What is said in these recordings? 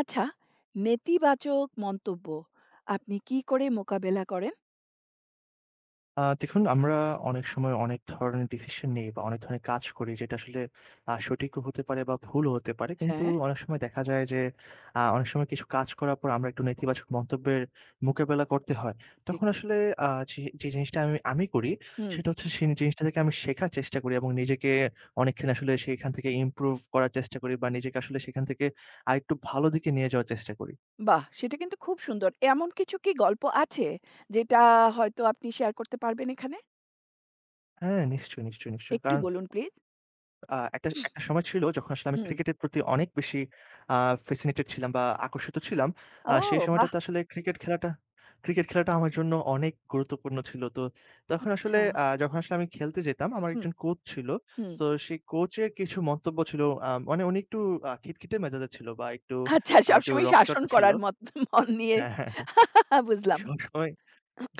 আচ্ছা, নেতিবাচক মন্তব্য আপনি কি করে মোকাবেলা করেন? দেখুন আমরা অনেক সময় অনেক ধরনের ডিসিশন নেই বা অনেক ধরনের কাজ করি যেটা আসলে সঠিকও হতে পারে বা ভুলও হতে পারে। কিন্তু হ্যাঁ, অনেক সময় দেখা যায় যে অনেক সময় কিছু কাজ করার পর আমরা একটু নেতিবাচক মন্তব্যের মোকাবেলা করতে হয়। ঠিক। তখন আসলে যে জিনিসটা আমি করি হুম, সেটা হচ্ছে সেই জিনিসটা থেকে আমি শেখার চেষ্টা করি এবং নিজেকে অনেকখানি আসলে সেইখান থেকে ইমপ্রুভ করার চেষ্টা করি বা নিজেকে আসলে সেখান থেকে আরেকটু ভালো দিকে নিয়ে যাওয়ার চেষ্টা করি। বাহ! সেটা কিন্তু খুব সুন্দর। এমন কিছু কি গল্প আছে যেটা হয়তো আপনি শেয়ার করতে পারবেন এখানে? হ্যাঁ, নিশ্চয়ই, নিশ্চয়ই, নিশ্চয়ই। একটু কারণ বলুন প্লিজ। একটা একটা সময় ছিল যখন আসলে আমি হুম। ক্রিকেটের প্রতি অনেক বেশি আ ফ্যাসিনেটেড ছিলাম বা আকর্ষিত ছিলাম। সেই ও বাহ! সময়টাতে আসলে ক্রিকেট খেলাটা আমার জন্য অনেক গুরুত্বপূর্ণ ছিল। তো তখন আসলে আচ্ছা। যখন আসলে আমি খেলতে যেতাম, আমার হুম, একজন কোচ ছিল। হুম। সো সেই কোচের কিছু মন্তব্য ছিল মানে উনি একটু খিটখিটে মেজাজের ছিল বা একটু আচ্ছা আ একটু সবসময় শাসন রকচটা ছিল। করার মত মন নিয়ে হ্যাঁ, হ্যাঁ, হ্যাঁ। বুঝলাম। সবসময়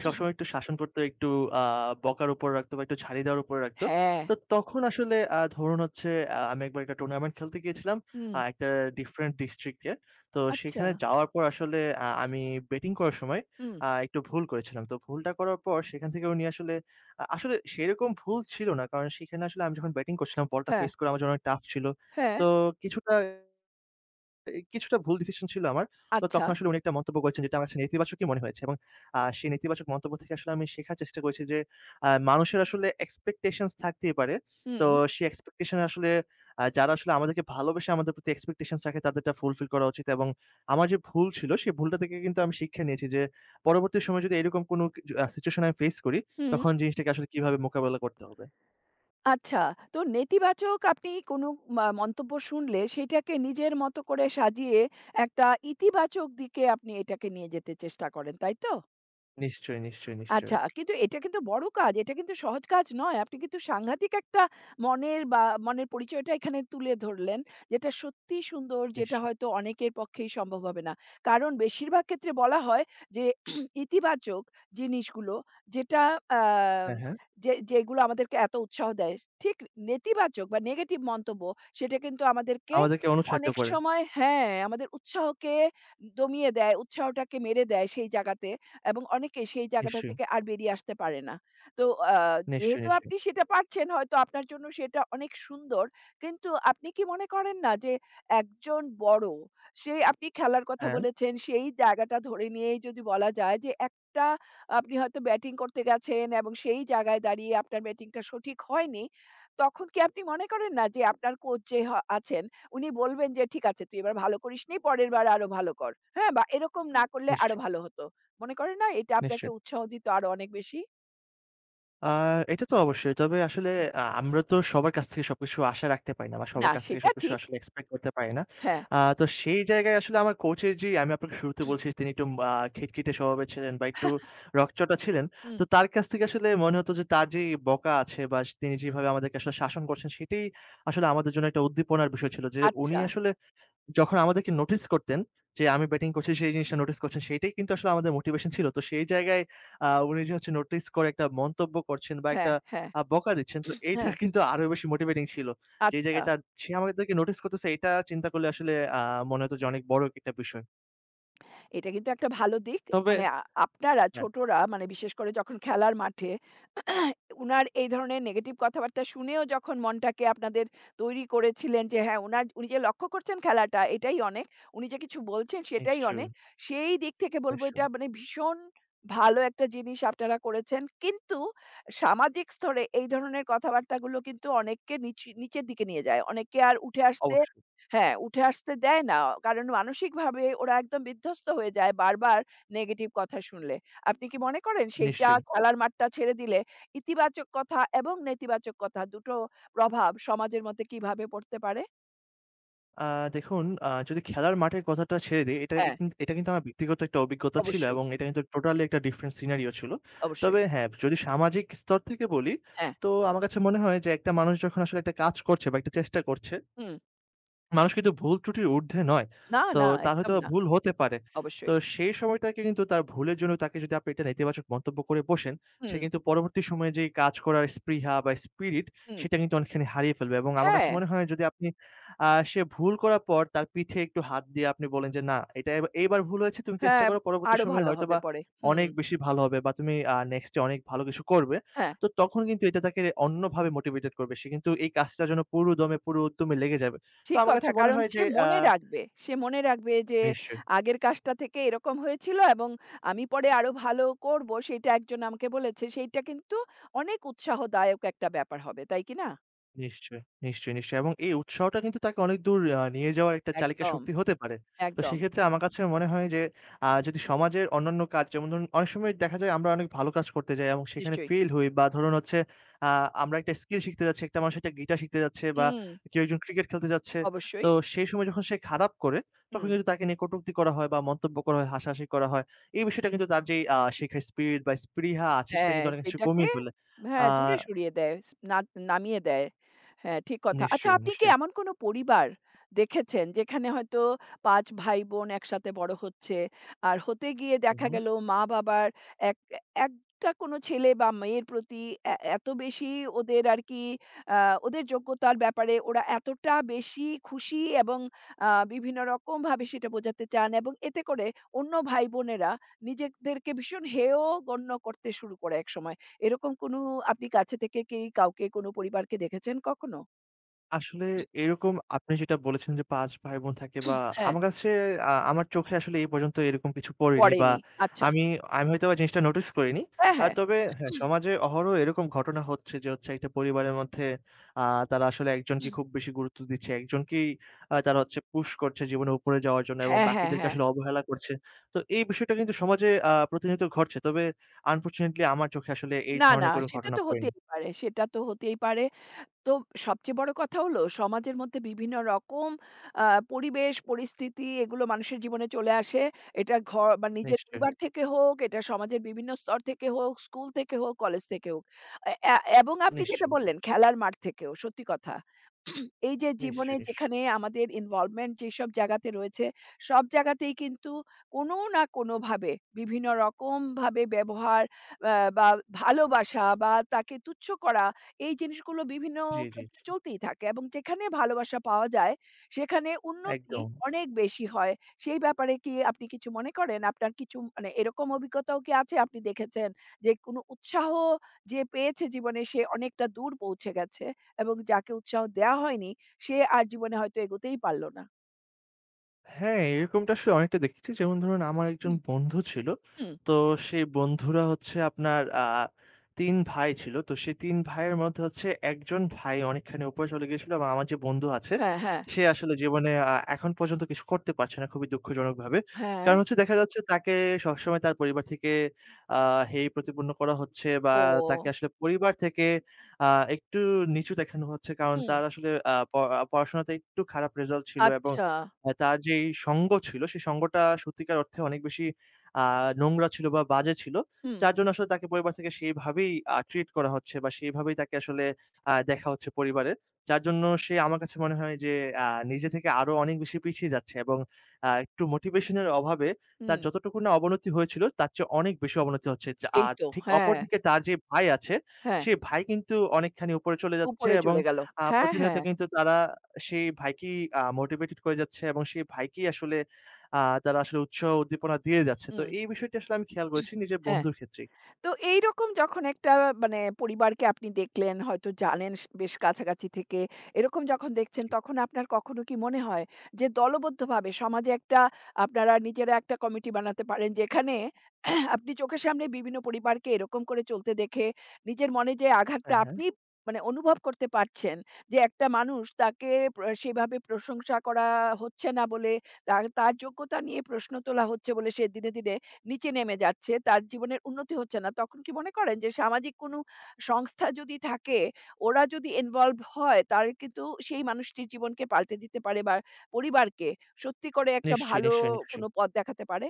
সবসময় একটু শাসন করতো, একটু আ বকার উপর রাখতো বা একটু ছাড়ি দেওয়ার উপর রাখতো। হ্যাঁ, তো তখন আসলে ধরুন হচ্ছে আমি একবার একটা টুর্নামেন্ট খেলতে গিয়েছিলাম। হুম, একটা ডিফারেন্ট ডিস্ট্রিক্ট এ। তো আচ্ছা, সেখানে যাওয়ার পর আসলে আমি ব্যাটিং করার সময় হুম, একটু ভুল করেছিলাম। তো ভুলটা করার পর সেখান থেকে উনি আসলে আ আসলে সেরকম ভুল ছিল না। কারণ সেখানে আসলে আমি যখন ব্যাটিং করছিলাম বলটা হ্যাঁ, ফেস করা আমার জন্য অনেক টাফ ছিল। হ্যাঁ, তো কিছুটা কিছুটা ভুল ডিসিশন ছিল আমার। তো আচ্ছা, তখন আসলে উনি একটা মন্তব্য করেছেন যেটা আমার কাছে নেতিবাচকই মনে হয়েছে এবং সেই নেতিবাচক মন্তব্য থেকে আসলে আমি শেখার চেষ্টা করেছি যে, মানুষের আসলে এক্সপেকটেশনস থাকতেই পারে। তো হুম, সেই এক্সপেকটেশন আসলে যারা আসলে আমাদেরকে ভালোবেসে আমাদের প্রতি এক্সপেকটেশনস রাখে তাদেরটা ফুলফিল করা উচিত এবং আমার যে ভুল ছিল সেই ভুলটা থেকে কিন্তু আমি শিক্ষা নিয়েছি যে, পরবর্তী সময়ে যদি এরকম কোনো কিছু সিচুয়েশন আমি ফেস করি, হুম। তখন জিনিসটাকে আসলে কিভাবে মোকাবেলা করতে হবে। আচ্ছা, তো নেতিবাচক আপনি কোনো মন্তব্য শুনলে সেটাকে নিজের মতো করে সাজিয়ে একটা ইতিবাচক দিকে আপনি এটাকে নিয়ে যেতে চেষ্টা করেন, তাই তো? নিশ্চয়ই, নিশ্চয়ই, নিশ্চয়ই, আচ্ছা, কিন্তু এটা কিন্তু বড় কাজ। এটা কিন্তু সহজ কাজ নয়। আপনি কিন্তু সাংঘাতিক একটা মনের বা মনের পরিচয়টা এখানে তুলে ধরলেন। যেটা সত্যিই সুন্দর, যেটা নিশ্চয়ই। হয়তো অনেকের পক্ষেই সম্ভব হবে না। কারণ বেশিরভাগ ক্ষেত্রে বলা হয় যে ইতিবাচক জিনিসগুলো যেটা আ হ্যাঁ, হ্যাঁ। যে যেগুলো আমাদেরকে এত উৎসাহ দেয়। ঠিক নেতিবাচক বা নেগেটিভ মন্তব্য সেটা কিন্তু আমাদেরকে আমাদেরকে অনুৎসাহিত অনেক করে। সময় হ্যাঁ, আমাদের উৎসাহকে দমিয়ে দেয়, উৎসাহটাকে মেরে দেয় সেই জায়গাতে। এবং অনেকে সেই জায়গাটা নিশ্চয়ই, থেকে আর বেরিয়ে আসতে পারে না। তো আ নিশ্চয়ই, যেহেতু নিশ্চয়ই। আপনি সেটা পারছেন হয়তো আপনার জন্য সেটা অনেক সুন্দর। কিন্তু আপনি কি মনে করেন না যে একজন বড় সে আপনি খেলার কথা হ্যাঁ, বলেছেন সেই জায়গাটা ধরে নিয়েই যদি বলা যায় যে একটা আপনি হয়তো ব্যাটিং করতে গেছেন এবং সেই জায়গায় দাঁড়িয়ে আপনার ব্যাটিংটা সঠিক হয়নি। তখন কি আপনি মনে করেন না যে আপনার কোচ যে আছেন উনি বলবেন যে, "ঠিক আছে তুই এবার ভালো করিসনি পরের বার আরো ভালো কর।" হ্যাঁ? বা এরকম না করলে আরো নিশ্চয়ই, ভালো হতো। মনে করে না এটা আপনাকে নিশ্চয়ই। উৎসাহ দিত আরো অনেক বেশি? আ এটা তো অবশ্যই। তবে আসলে হুম। আমরা তো সবার কাছ থেকে সবকিছু আশা রাখতে পারি না বা না সবার কাছ থেকে সেটা সবকিছু ঠিক। আসলে এক্সপেক্ট করতে পারি না। হ্যাঁ। তো সেই জায়গায় আসলে আমার কোচের যে আমি আপনাকে শুরুতে হুম। বলছি তিনি একটু খিটখিটে স্বভাবের ছিলেন বা একটু রগচটা ছিলেন। হুম। তো তার কাছ থেকে আসলে মনে হতো যে তার যে বকা আছে বা তিনি যেভাবে আমাদেরকে আসলে শাসন করছেন সেটাই আসলে আমাদের জন্য একটা উদ্দীপনার বিষয় ছিল যে উনি আচ্ছা। আসলে যখন আমাদেরকে নোটিস করতেন যে আমি ব্যাটিং করছি, সেই জিনিসটা নোটিস করছেন, সেইটাই কিন্তু আসলে আমাদের মোটিভেশন ছিল। তো সেই জায়গায় উনি যে হচ্ছে নোটিস করে একটা মন্তব্য করছেন বা একটা হ্যাঁ, হ্যাঁ, বকা দিচ্ছেন, তো এইটা হ্যাঁ। কিন্তু আরো বেশি মোটিভেটিং ছিল। যেই আচ্ছা। জায়গায় তার সে আমাদেরকে নোটিস করতেছে, এটা চিন্তা করলে আসলে আ মনে হতো যে অনেক বড় একটা বিষয়। এটা কিন্তু একটা ভালো দিক। তবে মানে আপনারা হ্যাঁ, ছোটরা মানে বিশেষ করে যখন খেলার মাঠে উনার এই ধরনের নেগেটিভ কথাবার্তা শুনেও যখন মনটাকে আপনাদের তৈরি করেছিলেন যে হ্যাঁ, উনি যে লক্ষ্য করছেন খেলাটা এটাই অনেক। উনি যে কিছু বলছেন সেটাই নিশ্চয়ই, অনেক। সেই দিক থেকে বলব নিশ্চয়ই। এটা মানে ভীষণ ভালো একটা জিনিস আপনারা করেছেন। কিন্তু সামাজিক স্তরে এই ধরনের কথাবার্তাগুলো কিন্তু অনেককে নিচের দিকে নিয়ে যায়। অনেকে আর উঠে আসতে অবশ্যই, হ্যাঁ, উঠে আসতে দেয় না। কারণ মানসিকভাবে ওরা একদম বিধ্বস্ত হয়ে যায় বারবার নেগেটিভ কথা শুনলে। আপনি কি মনে করেন সেইটা নিশ্চয়ই। খেলার মাঠটা ছেড়ে দিলে ইতিবাচক কথা এবং নেতিবাচক কথা দুটো প্রভাব সমাজের মধ্যে কিভাবে পড়তে পারে? আ দেখুন, যদি খেলার মাঠের কথাটা ছেড়ে দেই, হ্যাঁ, এটা কিন্তু আমার ব্যক্তিগত একটা অভিজ্ঞতা ছিল অবশ্যই, এবং এটা কিন্তু টোটালি একটা ডিফারেন্ট সিনারিও ছিল। অবশ্যই। তবে হ্যাঁ, যদি সামাজিক স্তর থেকে বলি, হ্যাঁ, তো আমার কাছে মনে হয় যে একটা মানুষ যখন আসলে একটা কাজ করছে বা একটা চেষ্টা করছে, হুম। মানুষ কিন্তু ভুল ত্রুটির ঊর্ধ্বে নয়। না, তো না তার একদম হয়তো না। ভুল হতে পারে। তো অবশ্যই। সেই সময়টাকে কিন্তু তার ভুলের জন্য তাকে যদি আপনি একটা নেতিবাচক মন্তব্য করে বসেন, সে হুম, কিন্তু পরবর্তী সময়ে যেই কাজ করার স্পৃহা বা spirit হুম। সেটা কিন্তু অনেকখানি হারিয়ে ফেলবে এবং আমার হ্যাঁ, কাছে মনে হয় যদি আপনি সে ভুল করার পর তার পিঠে একটু হাত দিয়ে আপনি বলেন যে, "না, এটা এবা এইবার ভুল হয়েছে। তুমি চেষ্টা হ্যাঁ, করো পরবর্তী আরো সময়ে ভালো হবে হয়তোবা পরে। হুম, অনেক বেশি ভালো হবে বা তুমি নেক্সট এ অনেক ভালো কিছু করবে।" হ্যাঁ। তো তখন কিন্তু এটা তাকে অন্যভাবে মোটিভেটেড করবে। সে কিন্তু এই কাজটার জন্য পুরো দমে, পুরো উদ্যমে লেগে যাবে। তো ঠিক আমার কাছে কথা। মনে কারণ হয় যে সে মনে রাখবে। সে মনে রাখবে যে নিশ্চয়ই। আগের কাজটা থেকে এরকম হয়েছিল এবং আমি পরে আরো ভালো করব সেইটা একজন আমাকে বলেছে। সেইটা কিন্তু অনেক উৎসাহদায়ক একটা ব্যাপার হবে। তাই কি না? নিশ্চয়ই, নিশ্চয়ই, নিশ্চয়ই এবং এই উৎসাহটা কিন্তু তাকে অনেক দূর নিয়ে যাওয়ার একটা চালিকা একদম, শক্তি হতে পারে। তো একদম। সেক্ষেত্রে আমার কাছে মনে হয় যে যদি সমাজের অন্যান্য কাজ যেমন ধরুন অনেক সময় দেখা যায় আমরা অনেক ভালো কাজ করতে যাই এবং সেখানে নিশ্চয়ই। ফেইল হই বা ধরুন হচ্ছে আ আমরা একটা স্কিল শিখতে যাচ্ছি, একটা মানুষ একটা গিটার শিখতে যাচ্ছে বা হুম, কেউ একজন ক্রিকেট খেলতে যাচ্ছে। তো অবশ্যই। সেই সময় যখন সে খারাপ করে তখন হুম। কিন্তু তাকে নিয়ে কটূক্তি করা হয় বা মন্তব্য করা হয়, হাসাহাসি করা হয়। এই বিষয়টা কিন্তু তার যেই শেখার স্পিরিট বা স্পৃহা আছে সেটা হ্যাঁ, কিন্তু অনেকাংশে সেটাকে কমিয়ে ফেলে। আ হ্যাঁ, দূরে সরিয়ে দেয়। না নামিয়ে দেয়। হ্যাঁ, ঠিক কথা। আচ্ছা নিশ্চয়ই, আপনি কি নিশ্চয়ই। এমন কোন পরিবার দেখেছেন যেখানে হয়তো ৫ ভাই-বোন একসাথে বড় হচ্ছে। আর হতে গিয়ে হু, দেখা হু। গেল মা-বাবার এক একটা কোনো ছেলে বা মেয়ের প্রতি এত বেশি ওদের আর কি আ ওদের যোগ্যতার ব্যাপারে ওরা এতটা বেশি খুশি এবং বিভিন্ন রকমভাবে সেটা বোঝাতে চান এবং এতে করে অন্য ভাই-বোনেরা নিজেদেরকে ভীষণ হেয় গণ্য করতে শুরু করে একসময়। এরকম কোনো আপনি কাছে থেকে কি কাউকে কোনো পরিবারকে দেখেছেন কখনো? আসলে এরকম আপনি যেটা বলেছেন যে ৫ ভাই-বোন থাকে বা হ্যাঁ, আমার কাছে আ আমার চোখে আসলে এই পর্যন্ত এরকম কিছু পড়েনি বা পড়েনি। আচ্ছা। আমি আমি হয়তোবা জিনিসটা নোটিস করিনি। হ্যাঁ, হ্যাঁ। তবে হ্যাঁ, সমাজে অহরহ এরকম ঘটনা হচ্ছে যে হচ্ছে একটা পরিবারের মধ্যে আ তারা আসলে একজনকে খুব বেশি গুরুত্ব দিচ্ছে। একজনকেই তারা হচ্ছে পুশ করছে জীবনে উপরে যাওয়ার জন্য এবং হ্যাঁ, হ্যাঁ, বাকিদেরকে হ্যাঁ। আসলে অবহেলা করছে। তো এই বিষয়টা কিন্তু সমাজে প্রতিনিয়ত ঘটছে। তবে আনফরচুনেটলি আমার চোখে আসলে এই না, না ধরনের কোনো সেটা ঘটনা তো পড়েনি। হতেই পারে, সেটা তো হতেই পারে। তো সবচেয়ে বড় কথা হলো সমাজের মধ্যে বিভিন্ন রকম আ পরিবেশ, পরিস্থিতি এগুলো মানুষের জীবনে চলে আসে। এটা ঘর বা নিজের নিশ্চয়ই, পরিবার থেকে হোক, এটা সমাজের বিভিন্ন স্তর থেকে হোক, স্কুল থেকে হোক, কলেজ থেকে হোক। এ এ এবং আপনি যেটা নিশ্চয়ই, বললেন খেলার মাঠ থেকেও সত্যি কথা। এই যে জীবনে নিশ্চয়ই, নিশ্চয়ই। যেখানে আমাদের ইনভলভমেন্ট যেসব জায়গাতে রয়েছে, সব জায়গাতেই কিন্তু কোনো না কোনোভাবে বিভিন্ন রকমভাবে ব্যবহার বা ভালোবাসা বা তাকে তুচ্ছ করা এই জিনিসগুলো বিভিন্ন জি, জি। ক্ষেত্রে চলতেই থাকে এবং যেখানে ভালোবাসা পাওয়া যায়, সেখানে উন্নতি একদম। অনেক বেশি হয়। সেই ব্যাপারে কি আপনি কিছু মনে করেন? আপনার কিছু মানে এরকম অভিজ্ঞতাও কি আছে আপনি দেখেছেন যে কোনো উৎসাহ যে পেয়েছে জীবনে সে অনেকটা দূর পৌঁছে গেছে এবং যাকে উৎসাহ দেয়া হয়নি সে আর জীবনে হয়তো এগোতেই পারল না? হ্যাঁ, এরকমটা আসলে অনেকটা দেখেছি। যেমন ধরুন আমার একজন হুম। বন্ধু ছিল। হুম। তো সেই বন্ধুরা হচ্ছে আপনার ৩ ভাই ছিল। তো সেই ৩ ভাইয়ের মধ্যে হচ্ছে একজন ভাই অনেকখানি উপরে চলে গিয়েছিল এবং আমার যে বন্ধু আছে, হ্যাঁ, হ্যাঁ, সে আসলে জীবনে এখন পর্যন্ত কিছু করতে পারছে না খুবই দুঃখজনকভাবে। হ্যাঁ। কারণ হচ্ছে দেখা যাচ্ছে তাকে সবসময় তার পরিবার থেকে আ হেয় প্রতিপন্ন করা হচ্ছে বা তাকে ও! আসলে পরিবার থেকে আ একটু নিচু দেখানো হচ্ছে। কারণ হুম। তার আসলে আ প পড়াশোনাতে একটু খারাপ রেজাল্ট ছিল এবং আচ্ছা। তার যেই সঙ্গ ছিল, সেই সঙ্গটা সত্যিকার অর্থে অনেক বেশি আ নোংরা ছিল বা বাজে ছিল। হুম, যার জন্য আসলে তাকে পরিবার থেকে সেইভাবেই ট্রিট করা হচ্ছে বা সেইভাবেই তাকে আসলে দেখা হচ্ছে পরিবারে। যার জন্য সে আমার কাছে মনে হয় যে আ নিজে থেকে আরো অনেক বেশি পিছিয়ে যাচ্ছে এবং একটু মোটিভেশন এর অভাবে তার হুম। যতটুকু না অবনতি হয়েছিল, তার চেয়ে অনেক বেশি অবনতি হচ্ছে। যা এই আর তো। ঠিক হ্যাঁ, অপরদিকে তার যে ভাই আছে, হ্যাঁ। সে ভাই কিন্তু অনেকখানি উপরে চলে যাচ্ছে উপরে এবং চলে গেল। হ্যাঁ, প্রতিনিয়ত হ্যাঁ। কিন্তু তারা সেই ভাইকেই মোটিভেটেড করে যাচ্ছে এবং সেই ভাইকেই আসলে আ তারা আসলে উৎসাহ উদ্দীপনা দিয়ে যাচ্ছে। তো হুম। এই বিষয়টি আসলে আমি খেয়াল করেছি নিজের হ্যাঁ, বন্ধুর ক্ষেত্রেই। তো এইরকম যখন একটা মানে পরিবারকে আপনি দেখলেন, হয়তো জানেন বেশ কাছাকাছি থেকে। এরকম যখন দেখছেন জি। তখন আপনার কখনো কি মনে হয় যে দলবদ্ধভাবে সমাজে একটা আপনারা নিজেরা একটা কমিটি বানাতে পারেন যেখানে আপনি চোখের সামনে বিভিন্ন পরিবারকে এরকম করে চলতে দেখে নিজের মনে যে আঘাতটা হ্যাঁ, হ্যাঁ। আপনি মানে অনুভব করতে পারছেন যে একটা মানুষ তাকে সেভাবে প্রশংসা করা হচ্ছে না বলে, তার তার যোগ্যতা নিয়ে প্রশ্ন তোলা হচ্ছে বলে সে দিনে, দিনে নিচে নেমে যাচ্ছে, তার জীবনের উন্নতি হচ্ছে না। তখন কি মনে করেন যে সামাজিক কোনো সংস্থা যদি থাকে, ওরা যদি ইনভলভ হয় তাহলে কিন্তু সেই মানুষটির জীবনকে পাল্টে দিতে পারে বা পরিবারকে সত্যি করে একটা নিশ্চয়ই, ভালো নিশ্চয়ই, নিশ্চয়ই। কোনো পথ দেখাতে পারে।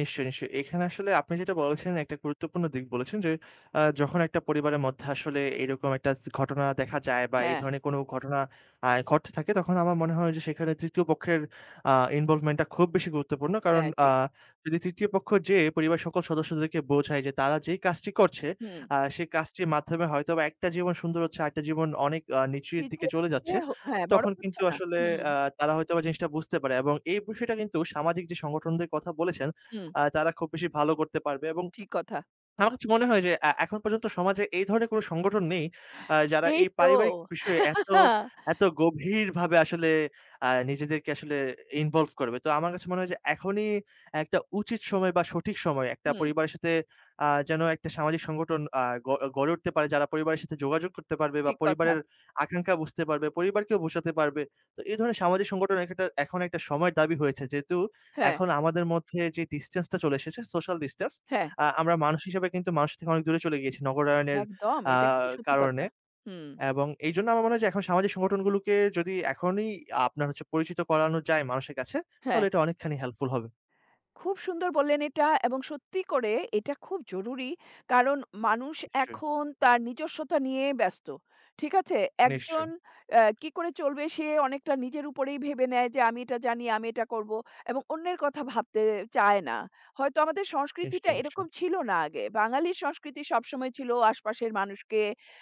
নিশ্চয়ই, নিশ্চয়ই। এখানে আসলে আপনি যেটা বলেছেন একটা গুরুত্বপূর্ণ দিক বলেছেন যে, যখন একটা পরিবারের মধ্যে আসলে এরকম একটা স ঘটনা দেখা যায় বা এই হ্যাঁ, ধরনের কোনো ঘটনা ঘটতে থাকে তখন আমার মনে হয় যে সেখানে ৩য় পক্ষের আ ইনভলভমেন্ট টা খুব বেশি গুরুত্বপূর্ণ। কারণ হ্যাঁ ঠিক। যদি ৩য় পক্ষ যেয়ে পরিবারের সকল সদস্যদেরকে বোঝায় যে তারা যেই কাজটি করছে হুম। সেই কাজটির মাধ্যমে হয়তোবা একটা জীবন সুন্দর হচ্ছে আরেকটা জীবন অনেক নিচের দিকে পিছিয়ে চলে যাচ্ছে। পিছিয়ে হ্যাঁ, বড় তখন হচ্ছে কিন্তু না। আসলে হুম, আ তারা হয়তোবা জিনিসটা বুঝতে পারে এবং এই বিষয়টা কিন্তু সামাজিক যে সংগঠনদের কথা বলেছেন হুম, তারা খুব বেশি ভালো করতে পারবে এবং ঠিক কথা। আমার কাছে মনে হয় যে এ এখন পর্যন্ত সমাজে এই ধরনের কোন সংগঠন নেই, যারা সেই এই তো। পারিবারিক বিষয়ে এত, এত গভীরভাবে আসলে নিজেদেরকে আসলে ইনভলভ করবে। তো আমার কাছে মনে হয় যে এখনই একটা উচিত সময় বা সঠিক সময় একটা হুম, পরিবারের সাথে যেন একটা সামাজিক সংগঠন আ গ গড়ে উঠতে পারে, যারা পরিবারের সাথে যোগাযোগ করতে পারবে বা ঠিক কথা। পরিবারের আকাঙ্খা বুঝতে পারবে, পরিবারকেও বোঝাতে পারবে। তো এই ধরনের সামাজিক সংগঠন একটা এখন একটা সময়ের দাবি হয়েছে। যেহেতু হ্যাঁ, এখন আমাদের মধ্যে যে ডিসট্যান্সটা চলে এসেছে, সোশ্যাল ডিসট্যান্স হ্যাঁ, আমরা মানুষ হিসেবে কিন্তু মানুষ থেকে অনেক দূরে চলে গিয়েছি নগরায়নের একদম। আ এটা কিন্তু সত্যি কারণে। কথা। হুম, এবং এইজন্য আমার মনে হয় যে এখন সামাজিক সংগঠনগুলোকে যদি এখনই আপনার হচ্ছে পরিচিত করানো যায় মানুষের কাছে, হ্যাঁ। তাহলে এটা অনেকখানি হেল্পফুল হবে। খুব সুন্দর বললেন এটা এবং সত্যি করে এটা খুব জরুরি। কারণ মানুষ নিশ্চয়ই, এখন তার নিজস্বতা নিয়ে ব্যস্ত। ঠিক আছে? একজন নিশ্চয়ই, কি করে চলবে সে অনেকটা নিজের উপরেই ভেবে নেয় যে আমি এটা জানি, আমি এটা করব এবং অন্যের কথা ভাবতে চায় না। হয়তো আমাদের সংস্কৃতিটা নিশ্চয়ই, এরকম নিশ্চয়ই। ছিল না আগে। বাঙালির সংস্কৃতি সবসময় ছিল আশপাশের মানুষকে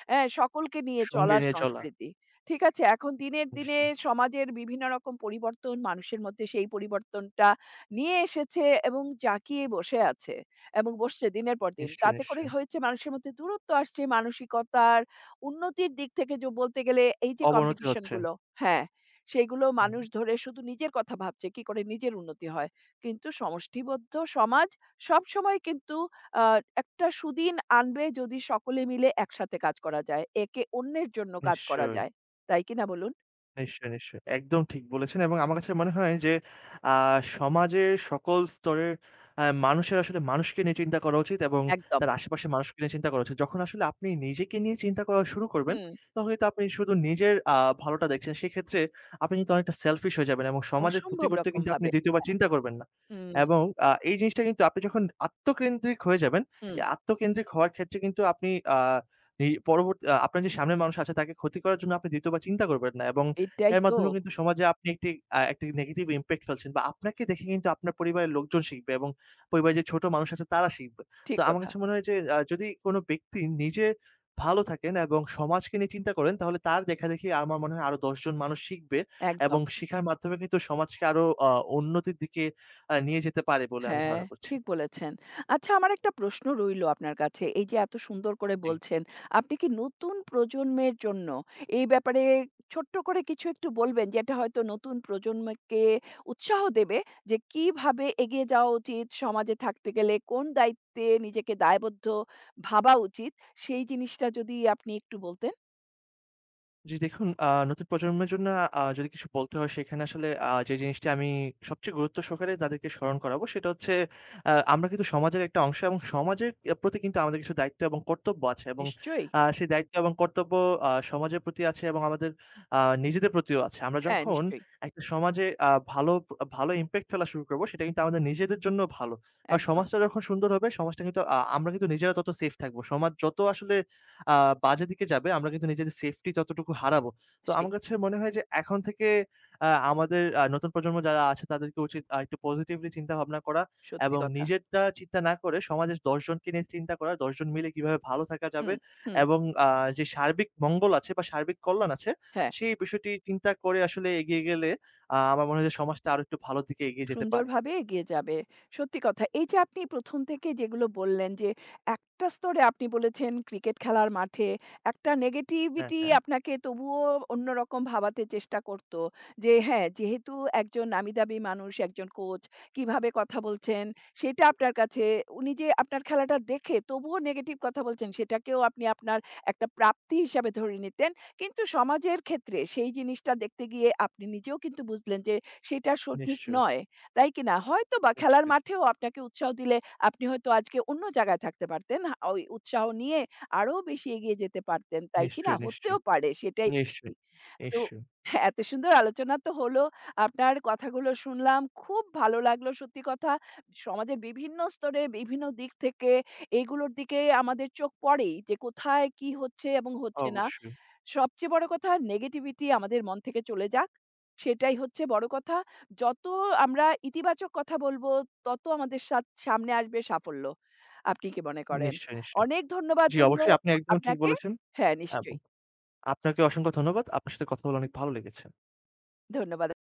সকলকে নিয়ে সঙ্গে চলার নিয়ে চলা। সংস্কৃতি। ঠিক আছে? এখন দিনের দিনে নিশ্চয়ই, সমাজের বিভিন্ন রকম পরিবর্তন, মানুষের মধ্যে সেই পরিবর্তনটা নিয়ে এসেছে এবং জাঁকিয়ে বসে আছে এবং বসছে দিনের পর দিন। নিশ্চয়ই, তাতে করে নিশ্চয়ই। হয়েছে মানুষের মধ্যে দূরত্ব আসছে, মানসিকতার উন্নতির দিক থেকে যে বলতে গেলে এই যে অবনতি কম্পিটিশন হচ্ছে। গুলো হ্যাঁ, সেগুলো হুম, মানুষ ধরে শুধু নিজের কথা ভাবছে, কি করে নিজের উন্নতি হয়। কিন্তু সমষ্টিবদ্ধ সমাজ সবসময় কিন্তু আ একটা সুদিন আনবে যদি সকলে মিলে একসাথে কাজ করা যায়। একে অন্যের জন্য কাজ করা নিশ্চয়ই। যায়। তাই কিনা বলুন? নিশ্চয়ই, নিশ্চয়ই। একদম ঠিক বলেছেন এবং আমার কাছে মনে হয় যে আ সমাজের সকল স্তরের মানুষের আসলে মানুষকে নিয়ে চিন্তা করা উচিত এবং একদম। তার আশেপাশের মানুষকে নিয়ে চিন্তা করা উচিত। যখন আসলে আপনি নিজেকে নিয়ে চিন্তা করা শুরু করবেন, হুম, তখন কিন্তু আপনি শুধু নিজের ভালোটা দেখছেন। সেক্ষেত্রে আপনি কিন্তু অনেকটা সেলফিশ হয়ে যাবেন এবং সমাজের ক্ষতি অসম্ভব করতে কিন্তু আপনি রকমভাবে। ২য় বার চিন্তা করবেন না। হুম, এবং এই জিনিসটা কিন্তু আপনি যখন আত্মকেন্দ্রিক হয়ে যাবেন, হুম, এই আত্মকেন্দ্রিক হওয়ার ক্ষেত্রে কিন্তু আপনি আ নি পরবর্তী আপনার যে সামনের মানুষ আছে তাকে ক্ষতি করার জন্য আপনি ২য় বার চিন্তা করবেন না এবং এটাই এর তো। মাধ্যমেও কিন্তু সমাজে আপনি একটি নেগেটিভ ইমপ্যাক্ট ফেলছেন বা আপনাকে দেখে কিন্তু আপনার পরিবারের লোকজন শিখবে এবং পরিবারের যে ছোট মানুষ আছে তারা শিখবে। তো ঠিক আমার কথা। কাছে মনে হয় যে যদি কোন ব্যক্তি নিজে ভালো থাকেন এবং সমাজকে নিয়ে চিন্তা করেন তাহলে তার দেখাদেখি আমার মনে হয় আরো ১০ জন মানুষ শিখবে এবং একদম। শিখার মাধ্যমে কিন্তু সমাজকে আরো উন্নতির দিকে নিয়ে যেতে পারে বলে আমি হ্যাঁ, ধারণা করছি। ঠিক বলেছেন। আচ্ছা আমার একটা প্রশ্ন রইল আপনার কাছে। এই যে এত সুন্দর করে জি। বলছেন, আপনি কি নতুন প্রজন্মের জন্য এই ব্যাপারে ছোট্ট করে কিছু একটু বলবেন যেটা হয়তো নতুন প্রজন্মকে উৎসাহ দেবে যে কিভাবে এগিয়ে যাওয়া উচিত, সমাজে থাকতে গেলে কোন দায়িত্বে নিজেকে দায়বদ্ধ ভাবা উচিত সেই জিনিসটা যদি আপনি একটু বলতেন? জি দেখুন, নতুন প্রজন্মের জন্য যদি কিছু বলতে হয় সেখানে আসলে যে জিনিসটি আমি সবচেয়ে গুরুত্ব সহকারে তাদেরকে স্মরণ করাবো সেটা হচ্ছে আমরা কিন্তু সমাজের একটা অংশ এবং সমাজের প্রতি কিন্তু আমাদের কিছু দায়িত্ব এবং কর্তব্য আছে এবং নিশ্চয়ই। সেই দায়িত্ব এবং কর্তব্য সমাজের প্রতি আছে এবং আমাদের নিজেদের প্রতিও আছে। আমরা হ্যাঁ, যখন নিশ্চয়ই। একটা সমাজে আ ভালো প ভালো ইমপ্যাক্ট ফেলা শুরু করব সেটা কিন্তু আমাদের নিজেদের জন্য ভালো। কারণ একদম। সমাজটা যখন সুন্দর হবে সমাজটা কিন্তু আমরা কিন্তু নিজেরা তত সেফ থাকবো। সমাজ যত আসলে আ বাজে দিকে যাবে। আমরা কিন্তু নিজেদের সেফটি যতটুকু হারাবো। তো সেই আমার কাছে মনে হয় যে এখন থেকে আমাদের নতুন প্রজন্ম যারা আছে তাদেরকে উচিত একটু পজিটিভলি চিন্তাভাবনা করা সত্যি এবং কথা। নিজেরটা চিন্তা না করে সমাজের ১০ জনকে নিয়ে চিন্তা করা। ১০ জন মিলে কিভাবে ভালো থাকা যাবে হুম, হুম। এবং যে সার্বিক মঙ্গল আছে বা সার্বিক কল্যাণ আছে হ্যাঁ। সেই বিষয়টি চিন্তা করে আসলে এগিয়ে গেলে আমার মনে হয় যে সমাজটা আরো একটু ভালোর দিকে এগিয়ে যেতে পারে। সুন্দরভাবে এগিয়ে যাবে। সত্যি কথা। এই যে আপনি ১ম থেকে যেগুলো বললেন যে, একটা স্তরে আপনি বলেছেন ক্রিকেট খেলার মাঠে একটা হ্যাঁ, নেগেটিভিটি হ্যাঁ। আপনাকে তবুও অন্যরকম ভাবাতে চেষ্টা করত। যে হ্যাঁ, যেহেতু একজন নামিদামি মানুষ, একজন কোচ কিভাবে কথা বলছেন সেটা আপনার কাছে উনি যে আপনার খেলাটা দেখে তবুও নেগেটিভ কথা বলছেন সেটাকেও আপনি আপনার একটা প্রাপ্তি হিসাবে ধরে নিতেন। কিন্তু সমাজের ক্ষেত্রে সেই জিনিসটা দেখতে গিয়ে আপনি নিজেও কিন্তু বুঝলেন যে সেটা সঠিক নিশ্চয়ই, নয়। তাই কিনা? হয়তোবা খেলার নিশ্চয়ই, মাঠেও আপনাকে উৎসাহ দিলে আপনি হয়তো আজকে অন্য জায়গায় থাকতে পারতেন। হা ওই উৎসাহ নিয়ে আরো বেশি এগিয়ে যেতে পারতেন। তাই কিনা? নিশ্চয়ই, নিশ্চয়ই, হতেও পারে সেটাই নিশ্চয়ই, ভাবছি। তো নিশ্চয়ই। হ্যাঁ, এত সুন্দর আলোচনা তো হলো। আপনার কথাগুলো শুনলাম। খুব ভালো লাগলো সত্যি কথা। সমাজের বিভিন্ন স্তরে বিভিন্ন দিক থেকে এগুলোর দিকে আমাদের চোখ পড়েই যে কোথায় কি হচ্ছে এবং হচ্ছে না। অবশ্যই। সবচেয়ে বড় কথা নেগেটিভিটি আমাদের মন থেকে চলে যাক। সেটাই হচ্ছে বড় কথা। যত আমরা ইতিবাচক কথা বলব, তত আমাদের সামনে আসবে সাফল্য। আপনি কি মনে করেন? নিশ্চয়ই, নিশ্চয়ই। অনেক ধন্যবাদ জি, রইল অবশ্যই আপনি একদম ঠিক আপনাকে। বলেছেন হ্যাঁ, এবং নিশ্চয়ই। আপনাকে অসংখ্য ধন্যবাদ। আপনার সাথে কথা বলে অনেক ভালো লেগেছে। ধন্যবাদ।